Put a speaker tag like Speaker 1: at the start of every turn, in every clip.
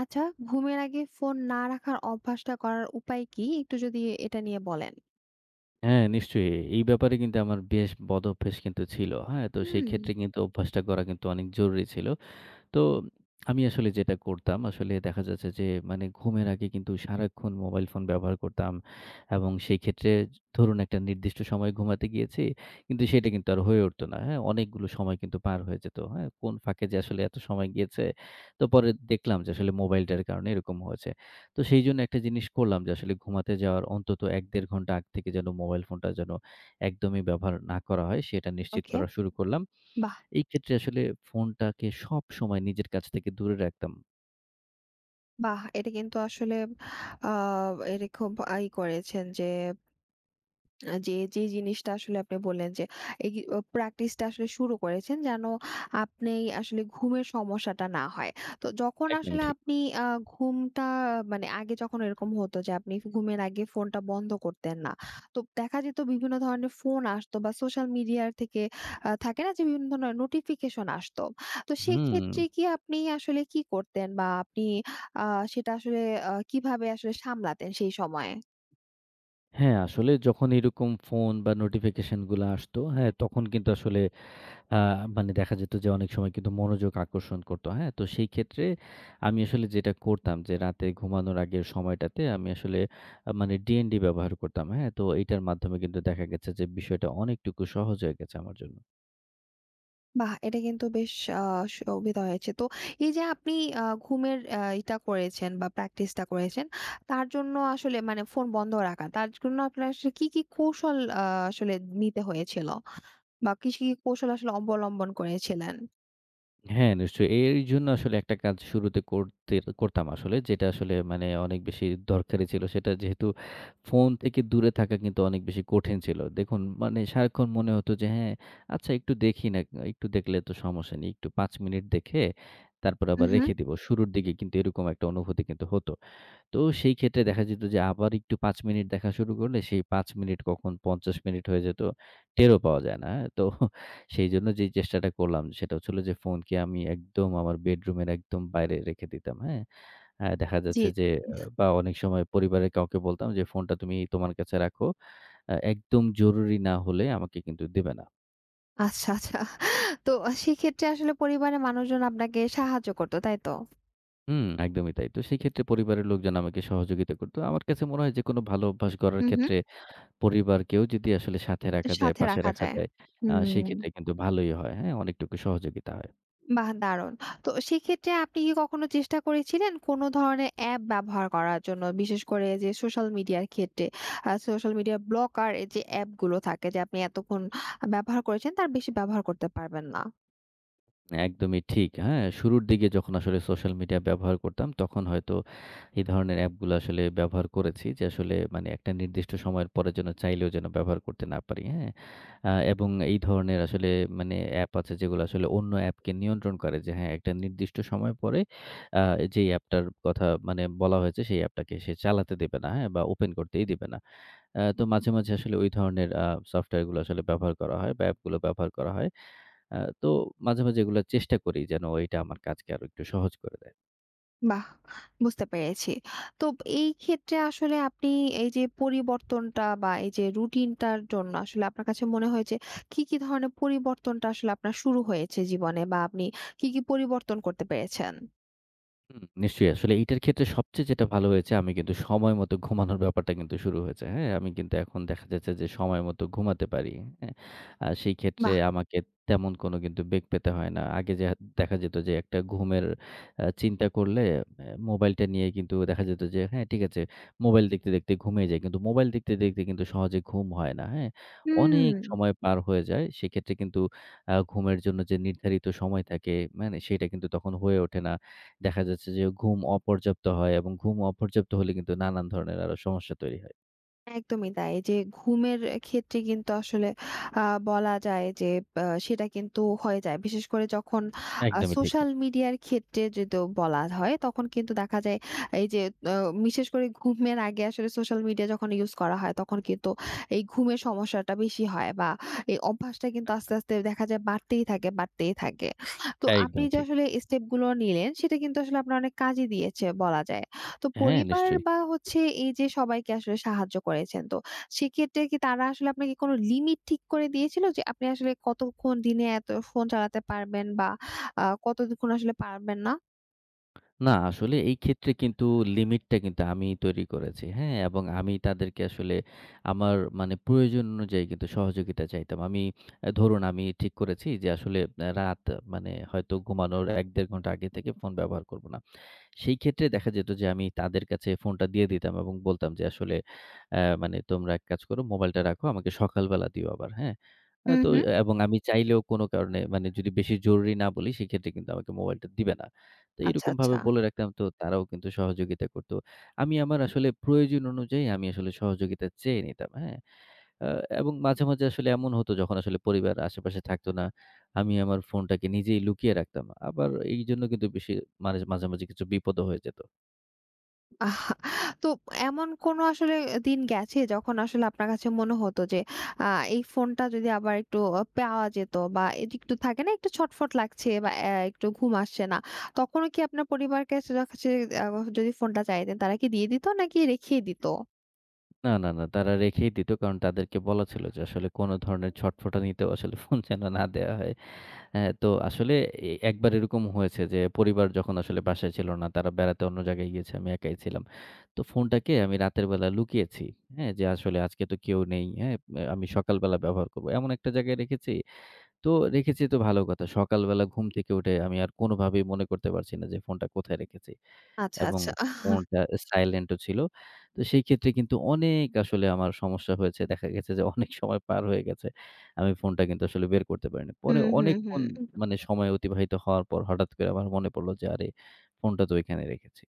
Speaker 1: আচ্ছা, ঘুমের আগে ফোন না রাখার অভ্যাসটা করার উপায় কি? একটু যদি এটা নিয়ে বলেন।
Speaker 2: হ্যাঁ, নিশ্চয়ই। এই ব্যাপারে কিন্তু আমার বেশ বদঅভ্যাস কিন্তু ছিল। হ্যাঁ? তো সেই
Speaker 1: হুম।
Speaker 2: ক্ষেত্রে কিন্তু অভ্যাসটা করা কিন্তু অনেক জরুরি ছিল। তো আমি আসলে যেটা করতাম, আসলে দেখা যাচ্ছে যে মানে ঘুমের আগে কিন্তু সারাক্ষণ মোবাইল ফোন ব্যবহার করতাম এবং সেই ক্ষেত্রে ধরুন একটা নির্দিষ্ট সময় ঘুমাতে গিয়েছি, কিন্তু সেটা কিন্তু আর হয়ে উঠতো না। হ্যাঁ? অনেকগুলো সময় কিন্তু পার হয়ে যেত। হ্যাঁ? কোন ফাঁকে যে আসলে এত সময় গিয়েছে। তো পরে দেখলাম যে আসলে মোবাইলটার কারণে এরকম হয়েছে। তো সেই জন্য একটা জিনিস করলাম যে আসলে ঘুমাতে যাওয়ার অন্তত এক দেড় ঘন্টা আগ থেকে যেন মোবাইল ফোনটা যেন একদমই ব্যবহার না করা হয় সেটা নিশ্চিত
Speaker 1: ওকে।
Speaker 2: করা শুরু করলাম।
Speaker 1: বাহ!
Speaker 2: এই ক্ষেত্রে আসলে ফোনটাকে সবসময় নিজের কাছ থেকে দূরে রাখতাম।
Speaker 1: বাহ! এটা কিন্তু আসলে আ এটা খুব ই করেছেন যে যে জিনিসটা আসলে আপনি বললেন যে, এই প্র্যাকটিসটা আসলে শুরু করেছেন যেন আপনি আসলে ঘুমের সমস্যাটা না হয়। তো যখন
Speaker 2: একদমই
Speaker 1: আসলে
Speaker 2: ঠিক।
Speaker 1: আপনি আ ঘুমটা মানে আগে যখন এরকম হতো যে, আপনি ঘুমের আগে ফোনটা বন্ধ করতেন না। তো দেখা যেত বিভিন্ন ধরনের ফোন আসতো বা সোশ্যাল মিডিয়ার থেকে থাকে না যে, বিভিন্ন ধরনের নোটিফিকেশন আসতো। তো
Speaker 2: হুম।
Speaker 1: সেক্ষেত্রে কি আপনি আসলে কি করতেন বা আপনি আ সেটা আসলে কিভাবে আসলে সামলাতেন সেই সময়ে?
Speaker 2: হ্যাঁ, আসলে যখন এরকম ফোন বা নোটিফিকেশন গুলা আসতো, হ্যাঁ, তখন কিন্তু আসলে আ মানে দেখা যেত যে অনেক সময় কিন্তু মনোযোগ আকর্ষণ করতো। হ্যাঁ? তো সেই ক্ষেত্রে আমি আসলে যেটা করতাম, যে রাতে ঘুমানোর আগের সময়টাতে আমি আসলে মানে DND ব্যবহার করতাম। হ্যাঁ? তো এটার মাধ্যমে কিন্তু দেখা গেছে যে বিষয়টা অনেকটুকু সহজ হয়ে গেছে আমার জন্য।
Speaker 1: বাহ! এটা কিন্তু বেশ আ সুবিধা হয়েছে। তো এই যে আপনি ঘুমের এটা করেছেন বা প্র্যাকটিসটা করেছেন, তার জন্য আসলে মানে ফোন বন্ধ রাখা। তার জন্য আপনার আসলে কি, কি কৌশল আসলে নিতে হয়েছিল? বা কি, কি কৌশল আসলে অবলম্বন করেছিলেন?
Speaker 2: হ্যাঁ, নিশ্চয়ই। এর জন্য আসলে একটা কাজ শুরুতে করতাম আসলে। যেটা আসলে মানে অনেক বেশি দরকারি ছিল। সেটা যেহেতু ফোন থেকে দূরে থাকা কিন্তু অনেক বেশি কঠিন ছিল। দেখুন, মানে সারাক্ষণ মনে হতো যে হ্যাঁ, আচ্ছা একটু দেখি না, একটু দেখলে তো সমস্যা নেই। একটু ৫ মিনিট দেখে তারপর
Speaker 1: হু,
Speaker 2: আবার
Speaker 1: হু।
Speaker 2: রেখে দিব। শুরুর দিকে কিন্তু এরকম একটা অনুভূতি কিন্তু হতো। তো সেই ক্ষেত্রে দেখা যেত যে আবার একটু ৫ মিনিট দেখা শুরু করলে সেই ৫ মিনিট কখন ৫০ মিনিট হয়ে যেত, টেরও পাওয়া যায় না। তো সেইজন্য যেই চেষ্টাটা করলাম সেটা হচ্ছিল যে ফোনকে আমি একদম আমার বেডরুমের একদম বাইরে রেখে দিতাম, হ্যাঁ? আ দেখা
Speaker 1: জি।
Speaker 2: যাচ্ছে যে
Speaker 1: জি।
Speaker 2: বা অনেক সময় পরিবারের কাউকে বলতাম যে ফোনটা তুমি তোমার কাছে রাখো। আ একদম জরুরি না হলে আমাকে কিন্তু দিবে না।
Speaker 1: আচ্ছা, আচ্ছা। তো সেক্ষেত্রে আসলে পরিবারের মানুষজন আপনাকে সাহায্য করত, তাই তো?
Speaker 2: হুম, একদমই তাই। তো সেক্ষেত্রে পরিবারের লোকজন আমাকে সহযোগিতা করত। আমার কাছে মনে হয় যে কোনো ভালো অভ্যাস গড়ার
Speaker 1: হু, হু।
Speaker 2: ক্ষেত্রে পরিবারকেও যদি আসলে সাথে রাখা যায়,
Speaker 1: সাথে
Speaker 2: পাশে
Speaker 1: রাখা
Speaker 2: রাখা
Speaker 1: যায়।
Speaker 2: যায়,
Speaker 1: হুম।
Speaker 2: সেক্ষেত্রে কিন্তু ভালোই হয়। হ্যাঁ? অনেকটুকু সহযোগিতা হয়।
Speaker 1: বাহ! দারুণ। তো সেক্ষেত্রে আপনি কি কখনো চেষ্টা করেছিলেন কোনো ধরনের অ্যাপ ব্যবহার করার জন্য? বিশেষ করে যে সোশ্যাল মিডিয়ার ক্ষেত্রে সোশ্যাল মিডিয়া ব্লকার যে অ্যাপগুলো থাকে যে আপনি এতক্ষণ ব্যবহার করেছেন তার বেশি ব্যবহার করতে পারবেন না।
Speaker 2: একদমই ঠিক। হ্যাঁ? শুরুর দিকে যখন আসলে সোশ্যাল মিডিয়া ব্যবহার করতাম, তখন হয়তো এই ধরনের অ্যাপগুলো আসলে ব্যবহার করেছি, যে আসলে মানে একটা নির্দিষ্ট সময়ের পরে যেন চাইলেও যেন ব্যবহার করতে না পারি। হ্যাঁ? এবং এই ধরনের আসলে মানে অ্যাপ আছে যেগুলো আসলে অন্য অ্যাপকে নিয়ন্ত্রণ করে যে হ্যাঁ, একটা নির্দিষ্ট সময় পরে আ যেই অ্যাপটার কথা মানে বলা হয়েছে সেই অ্যাপটাকে সে চালাতে দেবে না। হ্যাঁ? বা ওপেন করতেই দিবে না। তো মাঝে, মাঝে আসলে ওই ধরনের সফটওয়্যারগুলো আসলে ব্যবহার করা হয় বা অ্যাপগুলো ব্যবহার করা হয়। তো মাঝে, মাঝে এগুলা চেষ্টা করি যেন এটা আমার কাজকে আরো একটু সহজ করে দেয়।
Speaker 1: বাহ! বুঝতে পেরেছি। তো এই ক্ষেত্রে আসলে আপনি এই যে পরিবর্তনটা বা এই যে রুটিনটার জন্য আসলে আপনার কাছে মনে হয় যে কি, কি ধরনের পরিবর্তনটা আসলে আপনার শুরু হয়েছে জীবনে বা আপনি কি, কি পরিবর্তন করতে পেরেছেন?
Speaker 2: হুম, নিশ্চয়ই। আসলে এইটার ক্ষেত্রে সবচেয়ে যেটা ভালো হয়েছে, আমি কিন্তু সময় মতো ঘুমানোর ব্যাপারটা কিন্তু শুরু হয়েছে। হ্যাঁ? আমি কিন্তু এখন দেখা যাচ্ছে যে সময় মতো ঘুমাতে পারি। হ্যাঁ? সেই ক্ষেত্রে
Speaker 1: বাহ!
Speaker 2: আমাকে তেমন কোনো কিন্তু বেগ পেতে হয় না। আগে যে দেখা যেত যে একটা ঘুমের চিন্তা করলে মোবাইলটা নিয়ে কিন্তু দেখা যেত যে হ্যাঁ, ঠিক আছে, মোবাইল দেখতে, দেখতে ঘুমিয়ে যাই। কিন্তু মোবাইল দেখতে, দেখতে কিন্তু সহজে ঘুম হয় না। হ্যাঁ?
Speaker 1: হুম।
Speaker 2: অনেক সময় পার হয়ে যায়। সেক্ষেত্রে কিন্তু ঘুমের জন্য যে নির্ধারিত সময় থাকে, মানে সেটা কিন্তু তখন হয়ে ওঠে না। দেখা যাচ্ছে যে ঘুম অপর্যাপ্ত হয় এবং ঘুম অপর্যাপ্ত হলে কিন্তু নানান ধরনের আরো সমস্যা তৈরি হয়।
Speaker 1: একদমই তাই। এই যে ঘুমের ক্ষেত্রে কিন্তু আসলে আ বলা যায় যে সেটা কিন্তু হয়ে যায়। বিশেষ করে যখন
Speaker 2: একদমই ঠিক।
Speaker 1: সোশ্যাল মিডিয়ার ক্ষেত্রে যদি বলা হয় তখন কিন্তু দেখা যায় এই যে আ বিশেষ করে ঘুমের আগে আসলে সোশ্যাল মিডিয়া যখন ইউজ করা হয় তখন কিন্তু এই ঘুমের সমস্যাটা বেশি হয় বা এই অভ্যাসটা কিন্তু আস্তে, আস্তে দেখা যায় বাড়তেই থাকে, বাড়তেই থাকে। তো আপনি
Speaker 2: একদমই
Speaker 1: যে
Speaker 2: ঠিক।
Speaker 1: আসলে স্টেপ গুলো নিলেন সেটা কিন্তু আসলে আপনার অনেক কাজে দিয়েছে বলা যায়। তো
Speaker 2: হ্যাঁ,
Speaker 1: পরিবার
Speaker 2: নিশ্চয়ই।
Speaker 1: বা হচ্ছে এই যে সবাইকে আসলে সাহায্য করেছেন তো সেক্ষেত্রে কি তারা আসলে আপনাকে কোনো লিমিট ঠিক করে দিয়েছিল যে আপনি আসলে কতক্ষণ দিনে এত ফোন চালাতে পারবেন বা কতক্ষণ আসলে পারবেন না।
Speaker 2: না, আসলে এই ক্ষেত্রে কিন্তু লিমিটটা কিন্তু আমি তৈরি করেছি। হ্যাঁ? এবং আমি তাদেরকে আসলে আমার মানে প্রয়োজন অনুযায়ী কিন্তু সহযোগিতা চাইতাম। আমি আ ধরুন আমি ঠিক করেছি যে আসলে রাত মানে হয়তো ঘুমানোর ১-১.৫ ঘন্টা আগে থেকে ফোন ব্যবহার করব না। সেই ক্ষেত্রে দেখা যেত যে আমি তাদের কাছে ফোনটা দিয়ে দিতাম এবং বলতাম যে আসলে মানে তোমরা এক কাজ করো, মোবাইলটা রাখো, আমাকে সকালবেলা দিও আবার, হ্যাঁ? আ
Speaker 1: হুম,
Speaker 2: তো
Speaker 1: হুম।
Speaker 2: এবং আমি চাইলেও কোনো কারণে, মানে যদি বেশি জরুরি না বলি সেক্ষেত্রে কিন্তু আমাকে মোবাইলটা দিবে না। তো
Speaker 1: আচ্ছা, আচ্ছা।
Speaker 2: এরকমভাবে বলে রাখতাম, তো তারাও কিন্তু সহযোগিতা করত। আমি আমার আসলে প্রয়োজন অনুযায়ী আমি আসলে সহযোগিতা চেয়ে নিতাম, হ্যাঁ? আ এবং মাঝে, মাঝে আসলে এমন হতো যখন আসলে পরিবার আশেপাশে থাকতো না। আমি আমার ফোনটাকে নিজেই লুকিয়ে রাখতাম। আবার এইজন্য কিন্তু বেশি মাঝামাঝি কিছু বিপদও হয়ে যেত।
Speaker 1: আহ তো এমন কোনো আসলে দিন গেছে যখন আসলে আপনার কাছে মনে হতো যে আ এই ফোনটা যদি আবার একটু পাওয়া যেত বা এদি একটু থাকে না একটু ছটফট লাগছে বা একটু ঘুম আসছে না। তখনও কি আপনার পরিবারকে কাছে কাছে আ যদি ফোনটা চাইতেন তারা কি দিয়ে দিত নাকি রেখেই দিত?
Speaker 2: না, না, না, তারা রেখেই দিত। কারণ তাদেরকে বলা ছিল যে আসলে কোন ধরনের ছটফটানিতেও আসলে ফোন যেন না দেয়া হয়। হ্যাঁ, তো আসলে একবার এরকম হয়েছে যে পরিবার যখন আসলে বাসায় ছিল না, তারা বেড়াতে অন্য জায়গায় গিয়েছে, আমি একাই ছিলাম। তো ফোনটাকে আমি রাতের বেলা লুকিয়েছি। হ্যাঁ, যে আসলে আজকে তো কেউ নেই। হ্যাঁ, আমি সকালবেলা ব্যবহার করব। এমন একটা জায়গায় রেখেছি, তো রেখেছি তো ভালো কথা। সকালবেলা ঘুম থেকে উঠে আমি আর কোনোভাবেই মনে করতে পারছি না যে ফোনটা কোথায় রেখেছি,
Speaker 1: আচ্ছা,
Speaker 2: এবং
Speaker 1: আচ্ছা।
Speaker 2: ফোনটা সাইলেন্ট ও ছিল। তো সেই ক্ষেত্রে কিন্তু অনেক আসলে আমার সমস্যা হয়েছে। দেখা গেছে যে অনেক সময় পার হয়ে গেছে। আমি ফোনটা কিন্তু আসলে বের করতে পারিনি। পরে
Speaker 1: হুম, হুম, হুম।
Speaker 2: অনেকক্ষণ মানে সময় অতিবাহিত হওয়ার পর হঠাৎ করে আমার মনে পড়ল যে, আরে ফোনটা তো এখানে রেখেছি।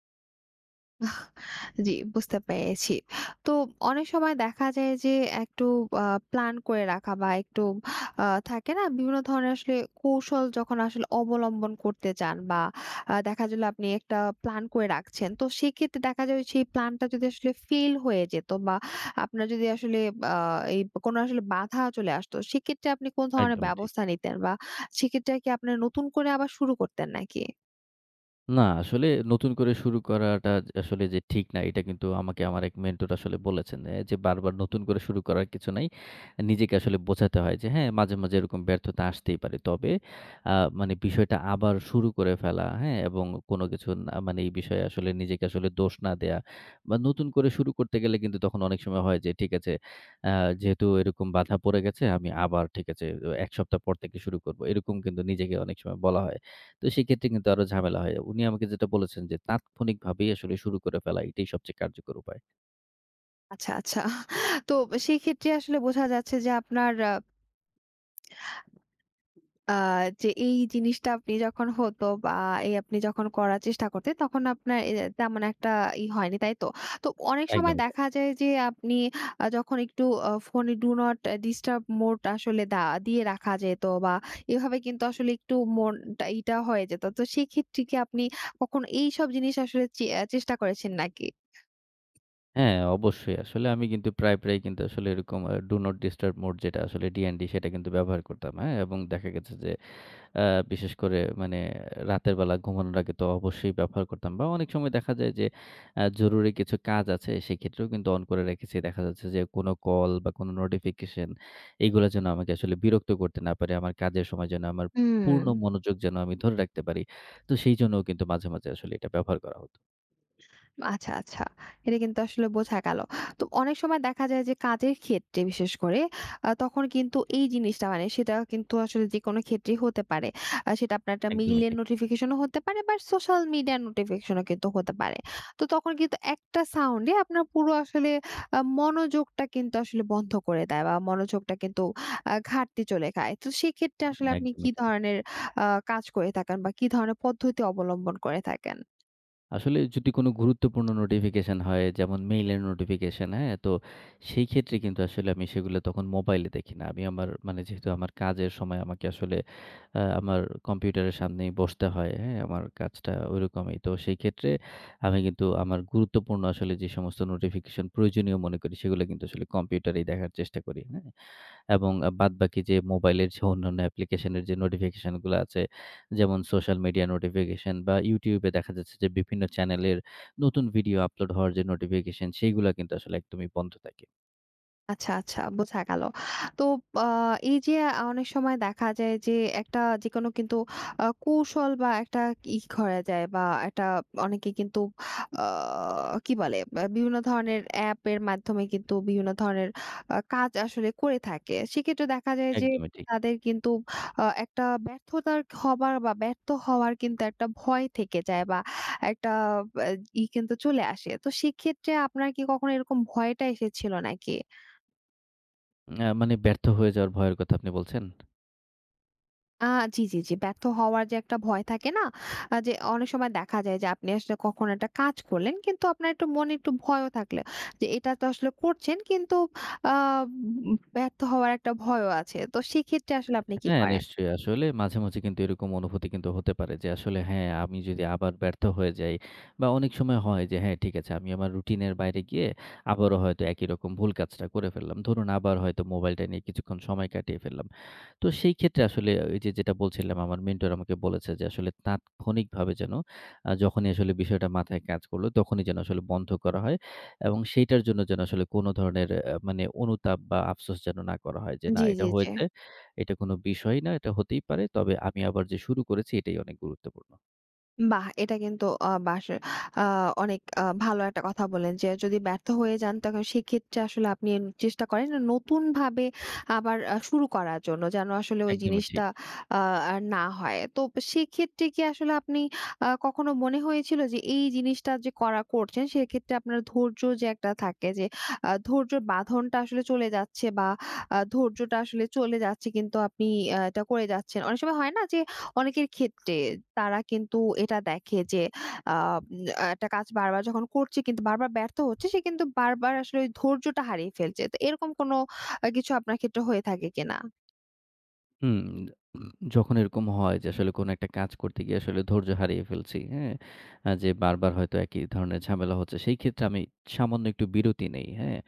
Speaker 1: জি, বুঝতে পেরেছি। তো অনেক সময় দেখা যায় যে একটু আ প্ল্যান করে রাখা বা একটু থাকে না? বিভিন্ন ধরনের আসলে কৌশল যখন আসলে অবলম্বন করতে চান বা দেখা গেল আপনি একটা প্ল্যান করে রাখছেন। তো সেক্ষেত্রে দেখা যায় সেই প্ল্যানটা যদি আসলে ফেল হয়ে যেত বা আপনার যদি আসলে আ এই কোনো আসলে বাধা চলে আসতো, সেক্ষেত্রে আপনি কোন ধরনের
Speaker 2: একদমই ঠিক।
Speaker 1: ব্যবস্থা নিতেন? বা সেক্ষেত্রে কি আপনারা নতুন করে আবার শুরু করতেন নাকি?
Speaker 2: না, আসলে নতুন করে শুরু করাটা যে আসলে যে ঠিক না, এটা কিন্তু আমাকে আমার এক মেন্টর আসলে বলেছেন যে, "বারবার নতুন করে শুরু করার কিছু নাই।" নিজেকে আসলে বোঝাতে হয় যে, "হ্যাঁ, মাঝে, মাঝে এরকম ব্যর্থতা আসতেই পারে। তবে আ মানে বিষয়টা আবার শুরু করে ফেলা, হ্যাঁ? এবং কোনো কিছু না মানে এই বিষয়ে আসলে নিজেকে আসলে দোষ না দেয়া, বা নতুন করে শুরু করতে গেলে কিন্তু তখন অনেক সময় হয় যে, ঠিক আছে, আ যেহেতু এরকম বাধা পড়ে গেছে, আমি আবার ঠিক আছে, ১ সপ্তাহ পর থেকে শুরু করব।" এরকম কিন্তু নিজেকে অনেক সময় বলা হয়। তো সেক্ষেত্রে কিন্তু আরো ঝামেলা হয়। উনি আমাকে যেটা বলেছেন যে, তাৎক্ষণিকভাবেই আসলে শুরু করে ফেলা এটাই সবচেয়ে কার্যকর উপায়।
Speaker 1: আচ্ছা, আচ্ছা। তো সেক্ষেত্রে আসলে বোঝা যাচ্ছে যে আপনার আ আ যে এই জিনিসটা আপনি যখন হতো বা এই আপনি যখন করার চেষ্টা করতেন তখন আপনার তেমন একটা ই হয়নি, তাই তো? তো অনেক সময়
Speaker 2: একদমই তাই।
Speaker 1: দেখা যায় যে আপনি যখন একটু ফোনে ডু নট ডিস্টার্ব মোড আসলে দিয়ে রাখা যেত বা এভাবে কিন্তু আসলে একটু মনটা ইটা হয়ে যেত। তো সেক্ষেত্রে কি আপনি কখনো এইসব জিনিস আসলে চেষ্টা করেছেন নাকি?
Speaker 2: হ্যাঁ, অবশ্যই। আসলে আমি কিন্তু প্রায়, প্রায় কিন্তু আসলে এরকম ডু নট ডিস্টার্ব মোড, যেটা আসলে ডিএনডি, সেটা কিন্তু ব্যবহার করতাম। হ্যাঁ? এবং দেখা গেছে যে আ বিশেষ করে মানে রাতের বেলা ঘুমানোর আগে তো অবশ্যই ব্যবহার করতাম, বা অনেক সময় দেখা যায় যে জরুরি কিছু কাজ আছে সেক্ষেত্রেও কিন্তু অন করে রেখেছি। দেখা যাচ্ছে যে কোনো কল বা কোনো নোটিফিকেশন এগুলা যেন আমাকে আসলে বিরক্ত করতে না পারে। আমার কাজের সময় যেন আমার পূর্ণ
Speaker 1: হুম।
Speaker 2: মনোযোগ যেন আমি ধরে রাখতে পারি। তো সেই জন্যও কিন্তু মাঝে, মাঝে আসলে এটা ব্যবহার করা হতো।
Speaker 1: আচ্ছা, আচ্ছা। এটা কিন্তু আসলে বোঝা গেল। তো অনেক সময় দেখা যায় যে কাজের ক্ষেত্রে বিশেষ করে তখন কিন্তু এই জিনিসটা মানে সেটা কিন্তু আসলে যেকোনো ক্ষেত্রেই হতে পারে। সেটা আপনার একটা
Speaker 2: একদমই
Speaker 1: মেইলের
Speaker 2: ঠিক।
Speaker 1: নোটিফিকেশনও হতে পারে বা সোশ্যাল মিডিয়ার নোটিফিকেশনও কিন্তু হতে পারে। তো তখন কিন্তু একটা সাউন্ডে আপনার পুরো আসলে মনোযোগটা কিন্তু আসলে বন্ধ করে দেয় বা মনোযোগটা কিন্তু ঘাটতি চলে যায়। তো সেক্ষেত্রে আসলে
Speaker 2: হুম,
Speaker 1: আপনি কি
Speaker 2: একদমই ঠিক।
Speaker 1: ধরনের আ কাজ করে থাকেন বা কি ধরনের পদ্ধতি অবলম্বন করে থাকেন?
Speaker 2: আসলে যদি কোনো গুরুত্বপূর্ণ নোটিফিকেশন হয় যেমন মেইলের নোটিফিকেশন, হ্যাঁ? তো সেই ক্ষেত্রে কিন্তু আসলে আমি সেগুলো তখন মোবাইলে দেখি না। আমি আমার মানে যেহেতু আমার কাজের সময় আমাকে আসলে আমার কম্পিউটারের সামনেই বসতে হয়, হ্যাঁ? আমার কাজটা ওইরকমই। তো সেই ক্ষেত্রে আমি কিন্তু আমার গুরুত্বপূর্ণ আসলে যে সমস্ত নোটিফিকেশন প্রয়োজনীয় মনে করি, সেগুলো কিন্তু আসলে কম্পিউটারেই দেখার চেষ্টা করি, হ্যাঁ? এবং বাদবাকি যে মোবাইলের যে অন্যান্য অ্যাপ্লিকেশনের যে নোটিফিকেশন গুলো আছে, যেমন সোশ্যাল মিডিয়া নোটিফিকেশন বা YouTube এ দেখা যাচ্ছে যে বিভিন্ন চ্যানেলের নতুন ভিডিও আপলোড হওয়ার যে নোটিফিকেশন, সেইগুলা কিন্তু আসলে একদমই বন্ধ থাকে।
Speaker 1: আচ্ছা, আচ্ছা, বোঝা গেল। তো আ এই যে অনেক সময় দেখা যায় যে একটা যেকোনো কিন্তু কৌশল বা একটা ই করা যায় বা একটা অনেকে কিন্তু আ কি বলে বিভিন্ন ধরনের অ্যাপের মাধ্যমে কিন্তু বিভিন্ন ধরনের কাজ আসলে করে থাকে। সেক্ষেত্রে দেখা যায় যে
Speaker 2: একদমই ঠিক।
Speaker 1: তাদের কিন্তু একটা ব্যর্থতার হবার বা ব্যর্থ হওয়ার কিন্তু একটা ভয় থেকে যায় বা একটা আ ই কিন্তু চলে আসে। তো সেক্ষেত্রে আপনার কি কখনো এরকম ভয়টা এসেছিল নাকি?
Speaker 2: মানে ব্যর্থ হয়ে যাওয়ার ভয়ের কথা আপনি বলছেন?
Speaker 1: আ জি, জি, জি। ব্যর্থ হওয়ার যে একটা ভয় থাকে না? যে অনেক সময় দেখা যায় যে আপনি আসলে কখনো একটা কাজ করলেন কিন্তু আপনার একটু মনে একটু ভয়ও থাকলে যে এটা তো আসলে করছেন কিন্তু আ ব্যর্থ হওয়ার একটা ভয়ও আছে। তো সেক্ষেত্রে আসলে আপনি কি
Speaker 2: হ্যাঁ,
Speaker 1: করেন?
Speaker 2: নিশ্চয়ই। আসলে মাঝে, মাঝে কিন্তু এরকম অনুভূতি কিন্তু হতে পারে যে আসলে হ্যাঁ, আমি যদি আবার ব্যর্থ হয়ে যাই, বা অনেক সময় হয় যে হ্যাঁ, ঠিক আছে, আমি আমার রুটিনের বাইরে গিয়ে আবারও হয়তো একই রকম ভুল কাজটা করে ফেললাম। ধরুন আবার হয়তো মোবাইলটা নিয়ে কিছুক্ষণ সময় কাটিয়ে ফেললাম। তো সেই ক্ষেত্রে আসলে ওই যে যেটা বলছিলাম আমার মেন্টর আমাকে বলেছে যে আসলে তাৎক্ষণিকভাবে যেন যখনই আসলে বিষয়টা মাথায় কাজ করলো তখনই যেন আসলে বন্ধ করা হয়, এবং সেইটার জন্য যেন আসলে কোনো ধরনের মানে অনুতাপ বা আফসোস যেন না করা হয় যে না
Speaker 1: জি,
Speaker 2: এটা
Speaker 1: জি, জি।
Speaker 2: হয়েছে, এটা কোনো বিষয়ই না, এটা হতেই পারে। তবে আমি আবার যে শুরু করেছি এটাই অনেক গুরুত্বপূর্ণ।
Speaker 1: বাহ! এটা কিন্তু আ বাস আ অনেক ভালো একটা কথা বললেন যে, যদি ব্যর্থ হয়ে যান তখন সেক্ষেত্রে আসলে আপনি চেষ্টা করেন নতুনভাবে আবার শুরু করার জন্য। যেন আসলে ওই
Speaker 2: একদমই ঠিক।
Speaker 1: জিনিসটা আ আর না হয়। তো সেক্ষেত্রে কি আসলে আপনি কখনো মনে হয়েছিল যে, এই জিনিসটা যে করছেন সেক্ষেত্রে আপনার ধৈর্য যে একটা থাকে যে, ধৈর্যর বাঁধনটা আসলে চলে যাচ্ছে বা ধৈর্যটা আসলে চলে যাচ্ছে কিন্তু আপনি এটা করে যাচ্ছেন। অনেক সময় হয় না যে অনেকের ক্ষেত্রে তারা কিন্তু এটা দেখে যে আ উম একটা কাজ বারবার যখন করছে কিন্তু বারবার ব্যর্থ হচ্ছে সে কিন্তু বারবার আসলে ওই ধৈর্যটা হারিয়ে ফেলছে। তো এরকম কোনো কিছু আপনার ক্ষেত্রে হয়ে থাকে কিনা?
Speaker 2: হুম। যখন এরকম হয় যে আসলে কোনো একটা কাজ করতে গিয়ে আসলে ধৈর্য হারিয়ে ফেলছি, হ্যাঁ? যে বারবার হয়তো একই ধরনের ঝামেলা হচ্ছে, সেই ক্ষেত্রে আমি সামান্য একটু বিরতি নেই, হ্যাঁ?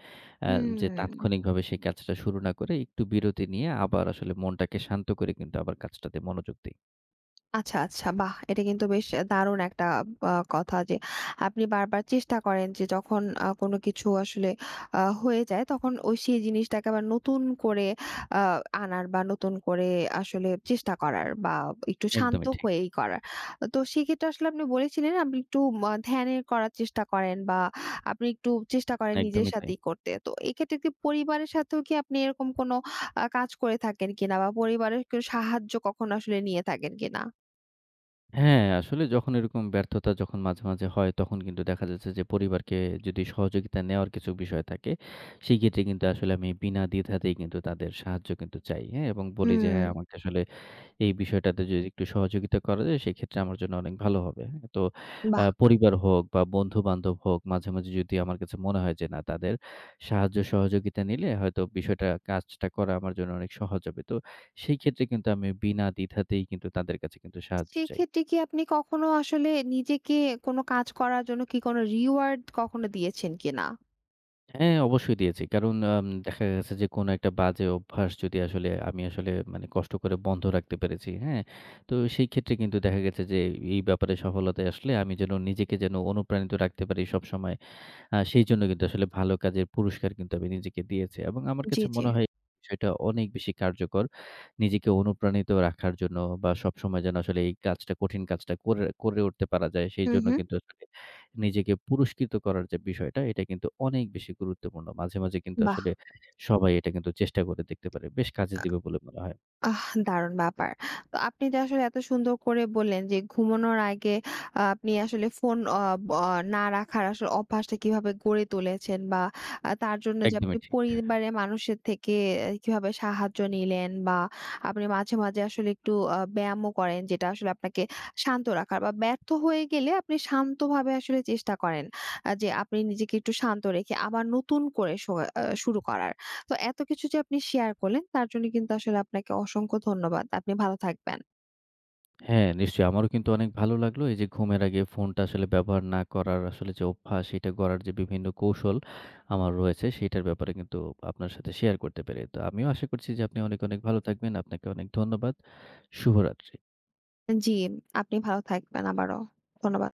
Speaker 2: আ যে
Speaker 1: হুম।
Speaker 2: তাৎক্ষণিকভাবে সেই কাজটা শুরু না করে একটু বিরতি নিয়ে আবার আসলে মনটাকে শান্ত করে কিন্তু আবার কাজটাতে মনোযোগ দেই।
Speaker 1: আচ্ছা, আচ্ছা। বাহ! এটা কিন্তু বেশ দারুণ একটা কথা যে আপনি বারবার চেষ্টা করেন যে যখন কোনো কিছু আসলে হয়ে যায় তখন ওই সেই জিনিসটাকে আবার নতুন করে আ আনার বা নতুন করে আসলে চেষ্টা করার বা একটু শান্ত
Speaker 2: একদমই ঠিক।
Speaker 1: হয়েই করার। তো সেক্ষেত্রে আসলে আপনি বলেছিলেন আপনি একটু ধ্যানের করার চেষ্টা করেন বা আপনি একটু চেষ্টা করেন নিজের
Speaker 2: একদমই তাই।
Speaker 1: সাথেই করতে। তো এক্ষেত্রে কি পরিবারের সাথেও কি আপনি এরকম কোনো কাজ করে থাকেন কিনা বা পরিবারের কেউ সাহায্য কখনো আসলে নিয়ে থাকেন কিনা?
Speaker 2: হ্যাঁ, আসলে যখন এরকম ব্যর্থতা যখন মাঝে, মাঝে হয় তখন কিন্তু দেখা যাচ্ছে যে পরিবারকে যদি সহযোগিতা নেওয়ার কিছু বিষয় থাকে, সেক্ষেত্রে কিন্তু আসলে আমি বিনা দ্বিধাতেই কিন্তু তাদের সাহায্য কিন্তু চাই, হ্যাঁ? এবং বলি যে,
Speaker 1: হুম,
Speaker 2: "হ্যাঁ, আমাকে আসলে এই বিষয়টাতে যদি একটু সহযোগিতা করা যায় সেক্ষেত্রে আমার জন্য অনেক ভালো হবে।" তো
Speaker 1: বাহ!
Speaker 2: পরিবার হোক বা বন্ধু-বান্ধব হোক মাঝে, মাঝে যদি আমার কাছে মনে হয় যে না, তাদের সাহায্য সহযোগিতা নিলে হয়তো বিষয়টা কাজটা করা আমার জন্য অনেক সহজ হবে, তো সেই ক্ষেত্রে কিন্তু আমি বিনা দ্বিধাতেই কিন্তু তাদের কাছে কিন্তু সাহায্য চাই।
Speaker 1: সেক্ষেত্রে কি আপনি কখনো আসলে নিজেকে কোনো কাজ করার জন্য কি কোনো রিওয়ার্ড কখনো দিয়েছেন কিনা?
Speaker 2: হ্যাঁ, অবশ্যই দিয়েছি। কারণ দেখা গেছে যে কোনো একটা বাজে অভ্যাস যদি আসলে আমি আসলে মানে কষ্ট করে বন্ধ রাখতে পেরেছি, হ্যাঁ? তো সেই ক্ষেত্রে কিন্তু দেখা গেছে যে এই ব্যাপারে সফলতায় আসলে আমি যেন নিজেকে যেন অনুপ্রাণিত রাখতে পারি সবসময়। সেইজন্য কিন্তু আসলে ভালো কাজের পুরস্কার কিন্তু আমি নিজেকে দিয়েছি এবং আমার
Speaker 1: জি,
Speaker 2: কাছে
Speaker 1: জি।
Speaker 2: মনে হয় বিষয়টা অনেক বেশি কার্যকর। নিজেকে অনুপ্রাণিত রাখার জন্য বা সবসময় যেন আসলে এই কাজটা কঠিন কাজটা করে করে উঠতে পারা যায়
Speaker 1: হুম,
Speaker 2: সেইজন্য
Speaker 1: হুম।
Speaker 2: কিন্তু আসলে নিজেকে পুরস্কৃত করার যে বিষয়টা, এটা কিন্তু অনেক বেশি গুরুত্বপূর্ণ। মাঝে, মাঝে কিন্তু
Speaker 1: বাহ!
Speaker 2: আসলে সবাই এটা কিন্তু চেষ্টা করে দেখতে পারে। বেশ কাজে দিবে বলে মনে হয়।
Speaker 1: আহ! দারুণ ব্যাপার। তো আপনি যে আসলে এত সুন্দর করে বললেন যে ঘুমানোর আগে আপনি আসলে ফোন না রাখার আসলে অভ্যাসটা কিভাবে গড়ে তুলেছেন বা তার জন্য যে আপনি
Speaker 2: একদমই ঠিক।
Speaker 1: পরিবারের মানুষের থেকে কিভাবে সাহায্য নিলেন বা আপনি মাঝে, মাঝে আসলে একটু ব্যায়ামও করেন যেটা আসলে আপনাকে শান্ত রাখার বা ব্যর্থ হয়ে গেলে আপনি শান্তভাবে আসলে চেষ্টা করেন যে আপনি নিজেকে একটু শান্ত রেখে আবার নতুন করে শো আ শুরু করার। তো এত কিছু যে আপনি শেয়ার করলেন তার জন্য কিন্তু আসলে আপনাকে অসংখ্য ধন্যবাদ। আপনি ভালো থাকবেন।
Speaker 2: হ্যাঁ, নিশ্চয়ই। আমারও কিন্তু অনেক ভালো লাগলো এই যে ঘুমের আগে ফোনটা আসলে ব্যবহার না করার আসলে যে অভ্যাস, এটা গড়ার যে বিভিন্ন কৌশল আমার রয়েছে, সেটার ব্যাপারে কিন্তু আপনার সাথে শেয়ার করতে পেরে। তো আমিও আশা করছি যে আপনি অনেক, অনেক ভালো থাকবেন। আপনাকে অনেক ধন্যবাদ। শুভরাত্রি।
Speaker 1: জি, আপনি ভালো থাকবেন আবারও। ধন্যবাদ।